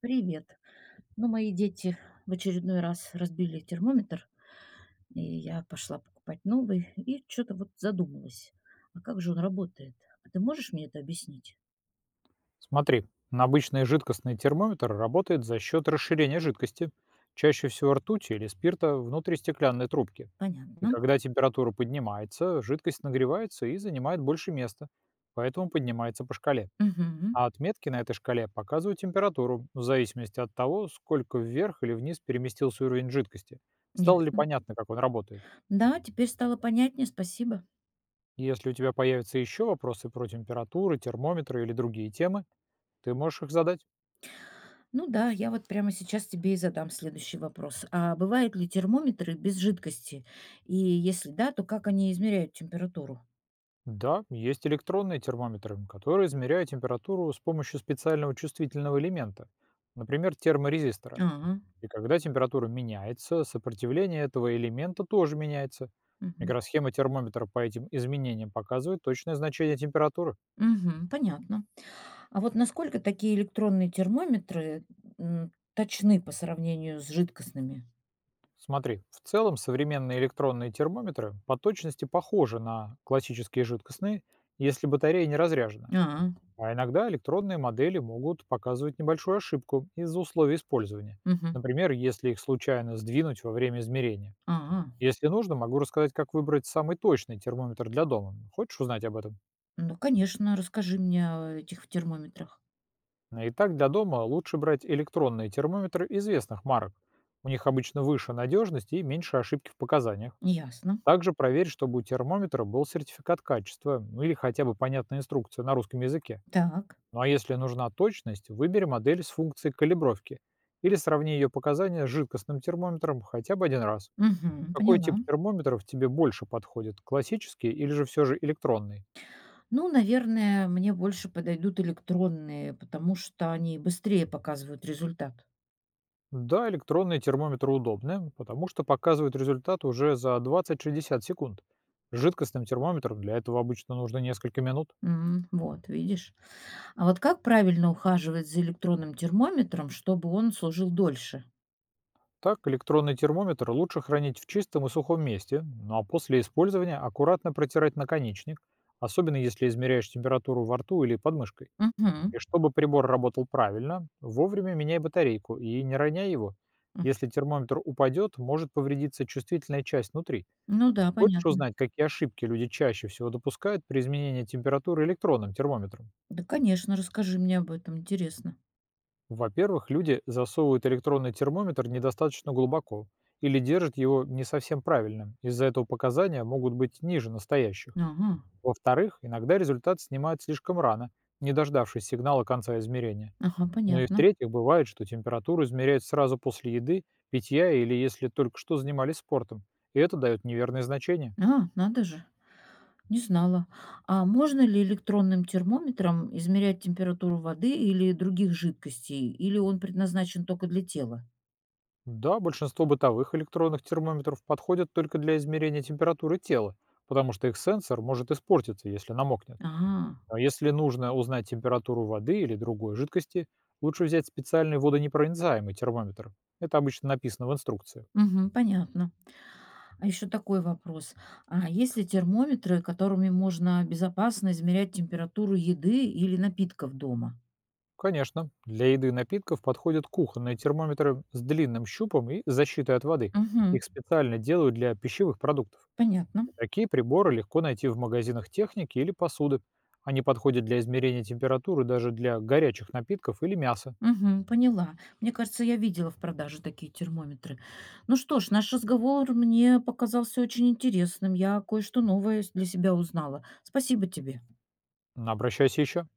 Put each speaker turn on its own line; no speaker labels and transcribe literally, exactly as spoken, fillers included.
Привет. Ну, мои дети в очередной раз разбили термометр, и я пошла покупать новый, и что-то вот задумалась. А как же он работает? А ты можешь мне это объяснить?
Смотри, на обычный жидкостный термометр работает за счет расширения жидкости, чаще всего ртути или спирта внутри стеклянной трубки. И
Понятно.
когда температура поднимается, жидкость нагревается и занимает больше места, поэтому поднимается по шкале.
Мгм.
А отметки на этой шкале показывают температуру в зависимости от того, сколько вверх или вниз переместился уровень жидкости. Стало ли
Ясно.
понятно, как он работает?
Да, теперь стало понятнее, спасибо.
Если у тебя появятся еще вопросы про температуры, термометры или другие темы, ты можешь их задать.
Ну да, я вот прямо сейчас тебе и задам следующий вопрос. А бывают ли термометры без жидкости? И если да, то как они измеряют температуру?
Да, есть электронные термометры, которые измеряют температуру с помощью специального чувствительного элемента, например, терморезистора.
Ага.
И когда температура меняется, сопротивление этого элемента тоже меняется. Микросхема термометра по этим изменениям показывает точное значение температуры.
Угу. Понятно. А вот насколько такие электронные термометры, м, точны по сравнению с жидкостными?
Смотри, в целом современные электронные термометры по точности похожи на классические жидкостные, если батарея не разряжена.
А,
А иногда электронные модели могут показывать небольшую ошибку из-за условий использования.
мгм.
Например, если их случайно сдвинуть во время измерения.
А,
Если нужно, могу рассказать, как выбрать самый точный термометр для дома. Хочешь узнать об этом?
ну, конечно, расскажи мне о этих термометрах.
Итак, для дома лучше брать электронные термометры известных марок. У них обычно выше надежность и меньше ошибки в показаниях.
Ясно.
Также проверь, чтобы у термометра был сертификат качества, ну или хотя бы понятная инструкция на русском языке.
Так.
Ну а если нужна точность, выбери модель с функцией калибровки или сравни ее показания с жидкостным термометром хотя бы один раз.
Мгм,
Какой тип
поняла.
термометров тебе больше подходит, классический или же все же электронный?
Ну, наверное, мне больше подойдут электронные, потому что они быстрее показывают результат.
Да, электронные термометры удобны, потому что показывают результат уже за двадцать шестьдесят секунд. С жидкостным термометром для этого обычно нужно несколько минут.
М, вот, видишь. А вот как правильно ухаживать за электронным термометром, чтобы он служил дольше?
Так, электронный термометр лучше хранить в чистом и сухом месте, ну а после использования аккуратно протирать наконечник, особенно если измеряешь температуру во рту или под мышкой.
Мгм.
И чтобы прибор работал правильно, вовремя меняй батарейку и не роняй его.
М.
Если термометр упадет, может повредиться чувствительная часть внутри.
Ну да,
Хочешь
понятно.
узнать, какие ошибки люди чаще всего допускают при изменении температуры электронным термометром?
Да, конечно, расскажи мне об этом, интересно.
Во-первых, люди засовывают электронный термометр недостаточно глубоко или держат его не совсем правильным. Из-за этого показания могут быть ниже настоящих.
Ага,
Во-вторых, иногда результат снимают слишком рано, не дождавшись сигнала конца измерения.
ага,
Ну и
понятно.
в-третьих, бывает, что температуру измеряют сразу после еды, питья или если только что занимались спортом. И это дает неверные значения.
А, надо же, не знала. А можно ли электронным термометром измерять температуру воды или других жидкостей, или он предназначен только для тела?
Да, большинство бытовых электронных термометров подходят только для измерения температуры тела, потому что их сенсор может испортиться, если намокнет.
Ага,
А если нужно узнать температуру воды или другой жидкости, лучше взять специальный водонепроницаемый термометр. Это обычно написано в инструкции.
мгм, понятно. А еще такой вопрос. А есть ли термометры, которыми можно безопасно измерять температуру еды или напитков дома?
Конечно, для еды и напитков подходят кухонные термометры с длинным щупом и защитой от воды.
Угу,
Их специально делают для пищевых продуктов.
понятно.
Такие приборы легко найти в магазинах техники или посуды. Они подходят для измерения температуры даже для горячих напитков или мяса.
Мгм, поняла. Мне кажется, я видела в продаже такие термометры. Ну что ж, наш разговор мне показался очень интересным. Я кое-что новое для себя узнала. Спасибо тебе.
Обращайся еще.